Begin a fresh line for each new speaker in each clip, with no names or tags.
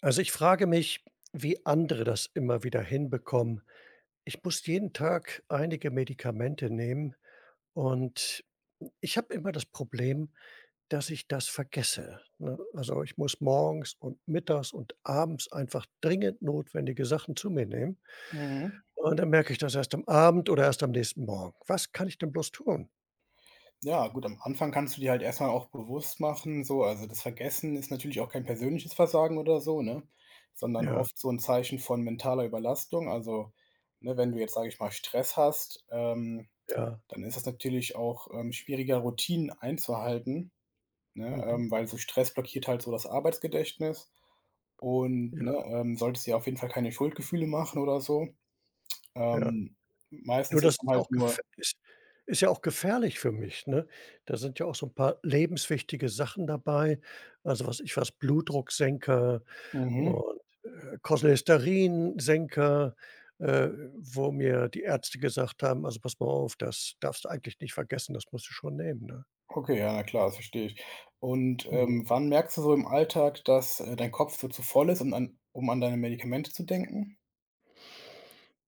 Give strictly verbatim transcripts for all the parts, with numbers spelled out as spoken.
Also, ich frage mich, wie andere das immer wieder hinbekommen. Ich muss jeden Tag einige Medikamente nehmen und ich habe immer das Problem, dass ich das vergesse, ne? Also, ich muss morgens und mittags und abends einfach dringend notwendige Sachen zu mir nehmen
Mhm.
und dann merke ich das erst am Abend oder erst am nächsten Morgen. Was kann ich denn bloß tun?
Ja, gut, am Anfang kannst du dir halt erstmal auch bewusst machen, so also, das Vergessen ist natürlich auch kein persönliches Versagen oder so, ne, sondern
Ja,
oft so ein Zeichen von mentaler Überlastung. Also, ne, wenn du jetzt, sage ich mal, Stress hast, ähm,
ja,
dann ist es natürlich auch, ähm, schwieriger, Routinen einzuhalten, ne,
mhm,
ähm, weil so Stress blockiert halt so das Arbeitsgedächtnis und, ne,
ja,
ähm, solltest dir auf jeden Fall keine Schuldgefühle machen oder so.
ja.
Ähm,
Nur
meistens
das
ist es
ist ja
halt
auch gef
nur
ist ist ja auch gefährlich für mich, ne? Da sind ja auch so 'n paar lebenswichtige Sachen dabei, also, was ich was, Blutdrucksenker
mhm.
und, äh, Cholesterinsenker, äh, wo mir die Ärzte gesagt haben: „Also, pass mal auf, das darfst du eigentlich nicht vergessen, das musst du schon nehmen“, ne?
Okay, ja, na klar, das verstehe ich. Und, ähm,
Mhm.
wann merkst du so im Alltag, dass, äh, dein Kopf so zu voll ist, um an um an deine Medikamente zu denken?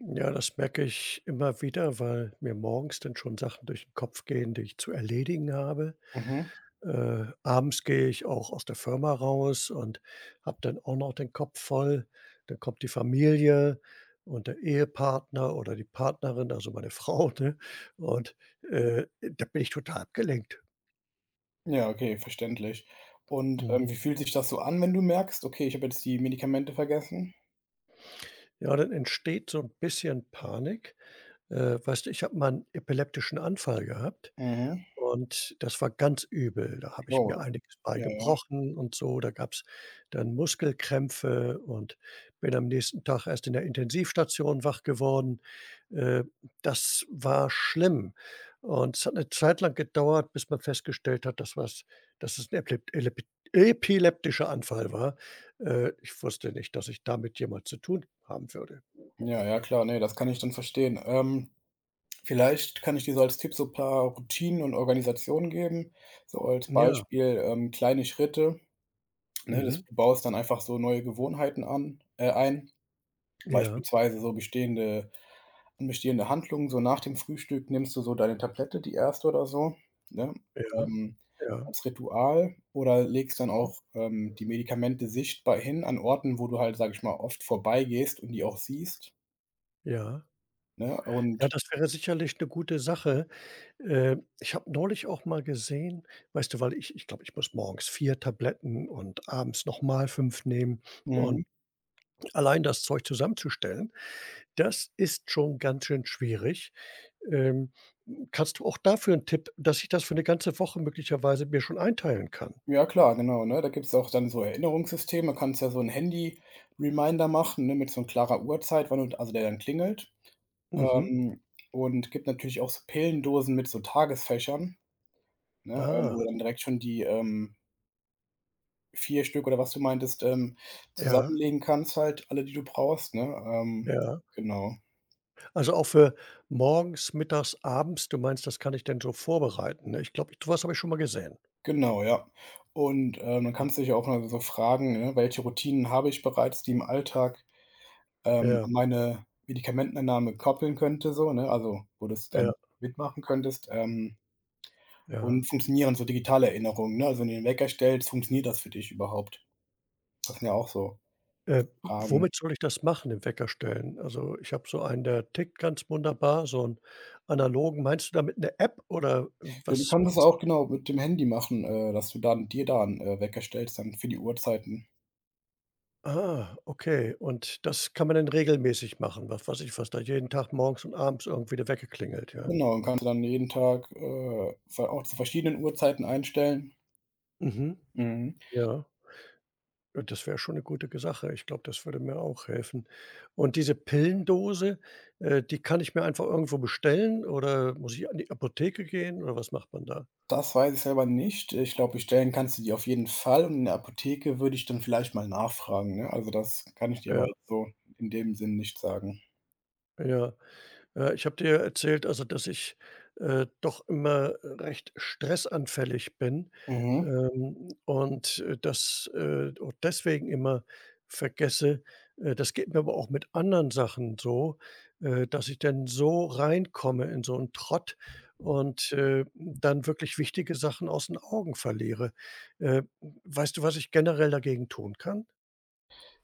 Ja, das merke ich immer wieder, weil mir morgens dann schon Sachen durch den Kopf gehen, die ich zu erledigen habe.
Mhm.
Äh, abends gehe ich auch aus der Firma raus und habe dann auch noch den Kopf voll. Dann kommt die Familie und der Ehepartner oder die Partnerin, also meine Frau, ne? Und, äh, da bin ich total abgelenkt.
Ja, okay, verständlich. Und,
Mhm.
ähm, wie fühlt sich das so an, wenn du merkst: „Okay, ich habe jetzt die Medikamente vergessen?“
Ja, dann entsteht so ein bisschen Panik. Äh, weißt du, ich habe mal einen epileptischen Anfall gehabt.
Mhm.
Und das war ganz übel. Da habe ich
Oh,
mir einiges bei
ja, ja.
gebrochen und so. Da gab's dann Muskelkrämpfe und bin am nächsten Tag erst in der Intensivstation wach geworden. Äh, Das war schlimm. Und es hat eine Zeit lang gedauert, bis man festgestellt hat, dass was dass es ein Eplep Elep epileptischer Anfall war. Äh, ich wusste nicht, dass ich damit jemals zu tun haben würde.
Ja, ja, klar, ne, das kann ich dann verstehen. Ähm, vielleicht kann ich dir so als Tipp so ein paar Routinen und Organisationen geben, so als
Ja,
Beispiel, ähm, kleine Schritte, ne? Das
mhm,
du baust dann einfach so neue Gewohnheiten an äh, ein.
ja,
Beispielsweise so bestehende bestehende Handlungen, so nach dem Frühstück nimmst du so deine Tablette, die erste oder so, ne,
ja,
ähm,
ja,
als Ritual oder legst dann
hm,
auch, ähm, die Medikamente sichtbar hin an Orten, wo du halt, sage ich mal, oft vorbeigehst und die auch siehst,
ja.
ne?
Ja,
Und
das wäre sicherlich eine gute Sache. Äh, ich habe neulich auch mal gesehen, weißt du, weil ich ich glaube, ich muss morgens vier Tabletten und abends noch mal fünf nehmen
mhm,
und allein das Zeug zusammenzustellen, das ist schon ganz schön schwierig. Ähm, Kannst du auch dafür 'n Tipp, dass ich das für 'ne ganze Woche möglicherweise mir schon einteilen kann?
ja klar, genau, ne? Da gibt's auch dann so Erinnerungssysteme. Du kannst ja so ein Handy-Reminder machen, ne, mit so 'n klarer Uhrzeit, wann und also der dann klingelt.
Mhm.
Ähm, und gibt natürlich auch so Pillendosen mit so Tagesfächern. Ne, ähm,
Ah,
wo du dann direkt schon die, ähm, vier Stück oder was du meintest, ähm,
ja,
zusammenlegen kannst halt, alle, die du brauchst, ne? Ähm,
ja.
genau.
Also, auch für morgens, mittags, abends, du meinst, das kann ich denn so vorbereiten, ne? Ich glaube, sowas habe ich schon mal gesehen.
Genau, ja. Und, ähm, dann kannst du dich auch noch so fragen, ne: „Welche Routinen habe ich bereits, die im Alltag, ähm,
Ja,
an meine Medikamenteneinnahme koppeln könnte“, so, ne? Also, wo du es dann
ja,
mitmachen könntest, ähm,
ja.
und funktionieren so digitale Erinnerungen, ne? Also, wenn du den Wecker stellst, funktioniert das für dich überhaupt? Das sind ja auch so
Äh,
Fragen.
Womit soll ich das machen, den Wecker stellen? Also, ich habe so einen, der tickt ganz wunderbar, so 'n analogen. Meinst du damit 'ne App oder
Ja, du
was
kannst es
meinst du?
auch genau mit dem Handy machen, äh, dass du dann dir da 'n, äh, Wecker stellst dann für die Uhrzeiten.
Ah, okay. Und das kann man dann regelmäßig machen, was weiß ich, was da jeden Tag morgens und abends irgendwie der Wecker klingelt, ja?
Genau, und kannst du dann jeden Tag, äh, ver auch zu verschiedenen Uhrzeiten einstellen.
Mhm,
Mhm.
ja. Ja, das wäre schon 'ne gute g Sache. Ich glaube, das würde mir auch helfen. Und diese Pillendose, äh, die kann ich mir einfach irgendwo bestellen oder muss ich an die Apotheke gehen oder was macht man da?
Das weiß ich selber nicht. Ich glaube, bestellen kannst du die auf jeden Fall und in der Apotheke würde ich dann vielleicht mal nachfragen, ne? Also, das kann ich dir aber
Ja,
jetzt so in dem Sinn nicht sagen.
ja. Äh, ich habe dir ja erzählt, also, dass ich, äh, doch immer recht stressanfällig bin,
Mhm.
ähm, und, äh, das, äh und deswegen immer vergesse. Äh, das geht mir aber auch mit anderen Sachen so, äh, dass ich dann so reinkomme in so einen Trott und, äh, dann wirklich wichtige Sachen aus den Augen verliere. Äh, Weißt du, was ich generell dagegen tun kann? Hat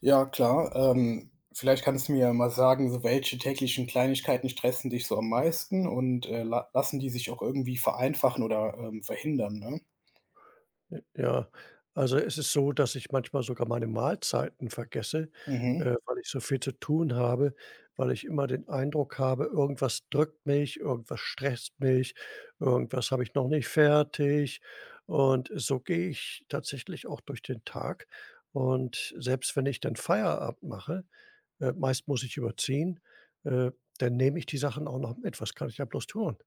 Ja, klar. Ähm, vielleicht kannst du mir ja mal sagen, so welche täglichen Kleinigkeiten stressen dich so am meisten und, äh, la lassen die sich auch irgendwie vereinfachen oder, ähm, verhindern, ne?
Ja, also, es ist so, dass ich manchmal sogar meine Mahlzeiten vergesse,
Mhm.
äh, weil ich so viel zu tun habe, weil ich immer den Eindruck habe, irgendwas drückt mich, irgendwas stresst mich, irgendwas habe ich noch nicht fertig. Und so gehe ich tatsächlich auch durch den Tag. Und selbst wenn ich dann Feierabend mache, äh, meist muss ich überziehen, äh, dann nehme ich die Sachen auch noch mit. Was kann ich da bloß tun?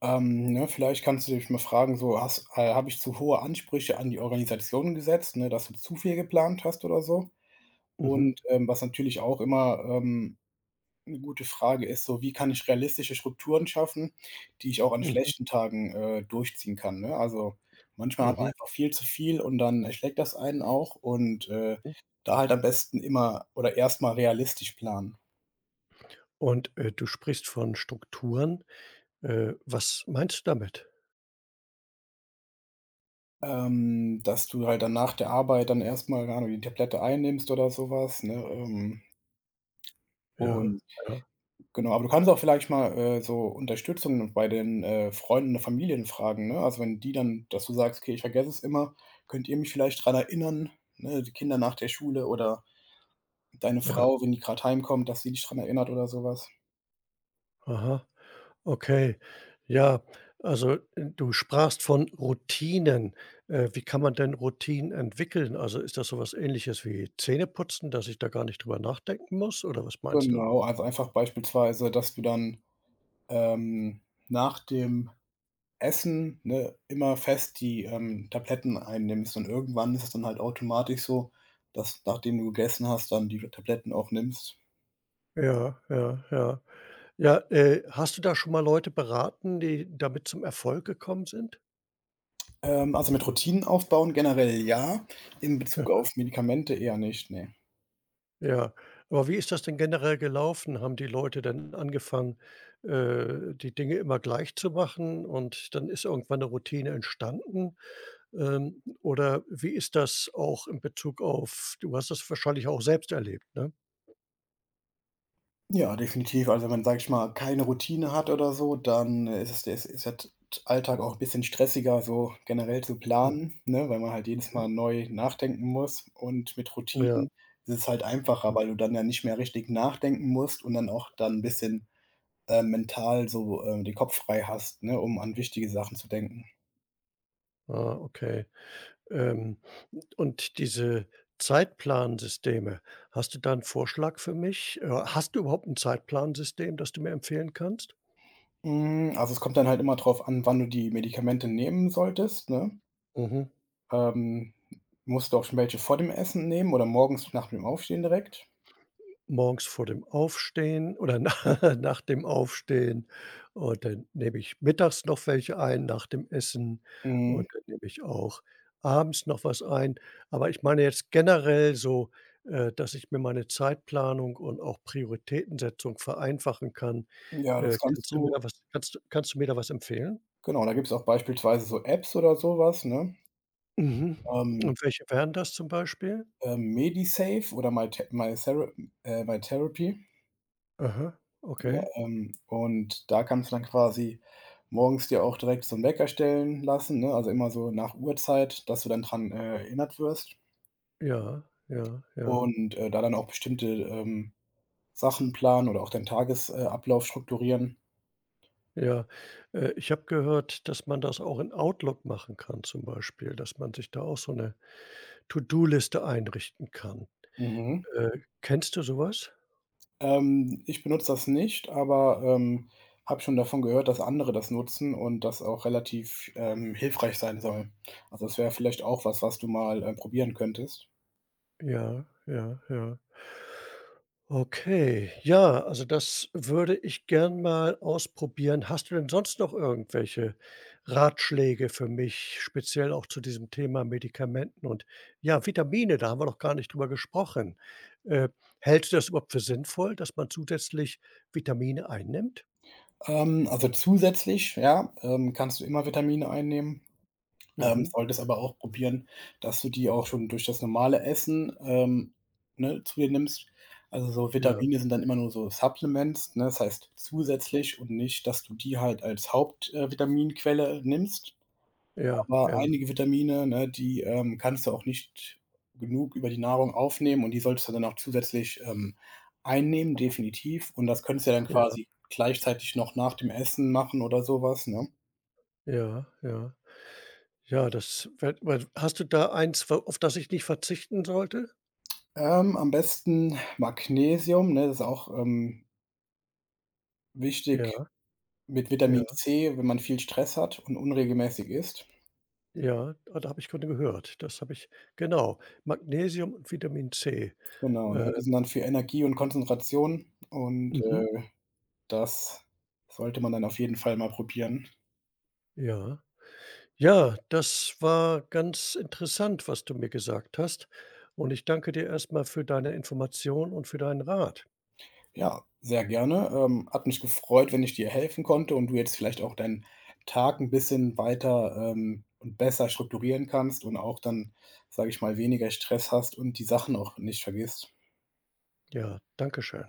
Ähm, ne, vielleicht kannst du dich mal fragen, so hast äh, habe ich zu hohe Ansprüche an die Organisation gesetzt, ne, dass du zu viel geplant hast oder so?
Mhm,
Und, ähm, was natürlich auch immer, ähm eine gute Frage ist so, wie kann ich realistische Strukturen schaffen, die ich auch an
mhm,
schlechten Tagen, äh, durchziehen kann, ne? Also, manchmal hat man
mhm,
einfach viel zu viel und dann schlägt das einen auch und, äh,
mhm.
da halt am besten immer oder erstmal realistisch planen.
Und, äh, du sprichst von Strukturen. Äh, was meinst du damit?
Ähm, dass du halt dann nach der Arbeit dann erstmal mal, keine Ahnung, die Tablette einnimmst oder sowas, ne? Ähm,
Ja,
und
ja,
Genau, aber du kannst auch vielleicht mal, äh, so Unterstützung bei den, äh, Freunden oder Familien fragen, ne? Also, wenn die dann dass du sagst: „Okay, ich vergesse es immer, könnt ihr mich vielleicht dran erinnern?“ Ne, die Kinder nach der Schule oder deine
ja.
Frau, wenn die gerade heimkommt, dass sie dich dran erinnert oder sowas.
Aha, okay. Ja, also, äh, du sprachst von Routinen. Äh, wie kann man denn Routinen entwickeln? Also, ist das so was Ähnliches wie Zähneputzen, dass ich da gar nicht drüber nachdenken muss oder was meinst du?
Genau, also, einfach beispielsweise, dass du dann, ähm, nach dem Essen, ne, immer fest die, ähm, Tabletten einnimmst und irgendwann ist es dann halt automatisch so, dass nachdem du gegessen hast, dann die Tabletten auch nimmst.
Ja, ja, ja. Ja, äh, hast du da schon mal Leute beraten, die damit zum Erfolg gekommen sind?
Ähm, also, mit Routinen aufbauen generell ja, in Bezug auf Medikamente eher nicht, ne.
Ja, aber wie ist das denn generell gelaufen? Haben die Leute dann angefangen, äh, die Dinge immer gleich zu machen und dann ist irgendwann 'ne Routine entstanden? Ähm, oder wie ist das auch in Bezug auf du hast das wahrscheinlich auch selbst erlebt, ne?
Ja, definitiv. Also, wenn man, sage ich mal, keine Routine hat oder so, dann ist es ist ist der T Alltag auch 'n bisschen stressiger, so generell zu planen, ne, weil man halt jedes Mal neu nachdenken muss. Und mit
Hm, ja,
Routinen ist es halt einfacher,
hm,
weil du dann ja nicht mehr richtig nachdenken musst und dann auch dann 'n bisschen, äh, mental so, ähm, den Kopf frei hast, ne, um an wichtige Sachen zu denken.
ah, okay. Ähm, und diese Zeitplansysteme, hast du da 'n Vorschlag für mich? Äh, hast du überhaupt 'n Zeitplansystem, das du mir empfehlen kannst?
Hm, also, es kommt dann halt immer drauf an, wann du die Medikamente nehmen solltest, ne?
Mhm.
Ähm, musst du auch schon welche vor dem Essen nehmen oder morgens nach dem Aufstehen direkt?
Morgens vor dem Aufstehen oder na nach dem Aufstehen und dann nehme ich mittags noch welche ein nach dem Essen
Mhm.
und dann nehme ich auch abends noch was ein. Aber ich meine jetzt generell so, äh, dass ich mir meine Zeitplanung und auch Prioritätensetzung vereinfachen kann.
Ja, das
Äh,
kannst
kannst du mir
du
da was kannst du kannst du mir da was empfehlen?
genau, da gibt es auch beispielsweise so Apps oder sowas, ne?
Mhm.
Ähm,
Und welche wären das zum Beispiel?
ähm, Medisave oder my mythera äh, myTherapy,
Aha,
ne?
okay.
Ähm, und da kannst du dann quasi morgens dir auch direkt so 'n Wecker stellen lassen, ne? Also, immer so nach Uhrzeit, dass du dann dran, äh, erinnert wirst
Ja, ja, ja.
und, äh, da dann auch bestimmte, ähm Sachen planen oder auch deinen Tagesablauf strukturieren.
Ja, äh, ich habe gehört, dass man das auch in Outlook machen kann zum Beispiel, dass man sich da auch so eine To-do-Liste einrichten kann.
Mhm.
Äh, kennst du sowas?
Ähm, ich benutze das nicht, aber, ähm, habe schon davon gehört, dass andere das nutzen und das auch relativ, ähm, hilfreich sein soll. Also, das wäre vielleicht auch was, was du mal, äh, probieren könntest.
Ja, ja, ja. Okay, ja, also das würde ich gern mal ausprobieren. Hast du denn sonst noch irgendwelche Ratschläge für mich, speziell auch zu diesem Thema Medikamenten und ja, Vitamine, da haben wir noch gar nicht drüber gesprochen. Äh, Hältst du das überhaupt für sinnvoll, dass man zusätzlich Vitamine einnimmt?
Ähm, also zusätzlich, ja, ähm, kannst du immer Vitamine einnehmen. Ähm,
Mhm.
solltest aber auch probieren, dass du die auch schon durch das normale Essen, ähm, ne, zu dir nimmst. Also, so
Ja,
Vitamine sind dann immer nur so Supplements, ne? Das heißt zusätzlich und nicht, dass du die halt als Hauptvitaminquelle äh, Vitaminquelle nimmst.
ja,
Aber
ja,
einige Vitamine, ne, die, ähm, kannst du auch nicht genug über die Nahrung aufnehmen und die solltest du dann auch zusätzlich, ähm, einnehmen, definitiv. Und das könntest du ja dann
ja,
quasi gleichzeitig noch nach dem Essen machen oder sowas, ne?
ja, ja. Ja, das wird weil hast du da eins, wa auf das ich nicht verzichten sollte?
Ähm, am besten Magnesium, ne? Das ist auch, ähm, wichtig
Ja,
mit Vitamin
ja,
C, wenn man viel Stress hat und unregelmäßig isst.
ja, ah, da habe ich gerade gehört. Das habe ich, genau, Magnesium und Vitamin C.
Genau,
Äh,
ne? Die sind dann für Energie und Konzentration und,
mhm,
äh, das sollte man dann auf jeden Fall mal probieren.
ja. Ja, das war ganz interessant, was du mir gesagt hast und ich danke dir erstmal für deine Information und für deinen Rat.
Ja, sehr gerne. Ähm, hat mich gefreut, wenn ich dir helfen konnte und du jetzt vielleicht auch deinen Tag ein bisschen weiter, ähm, und besser strukturieren kannst und auch dann, sage ich mal, weniger Stress hast und die Sachen auch nicht vergisst.
Ja, danke schön.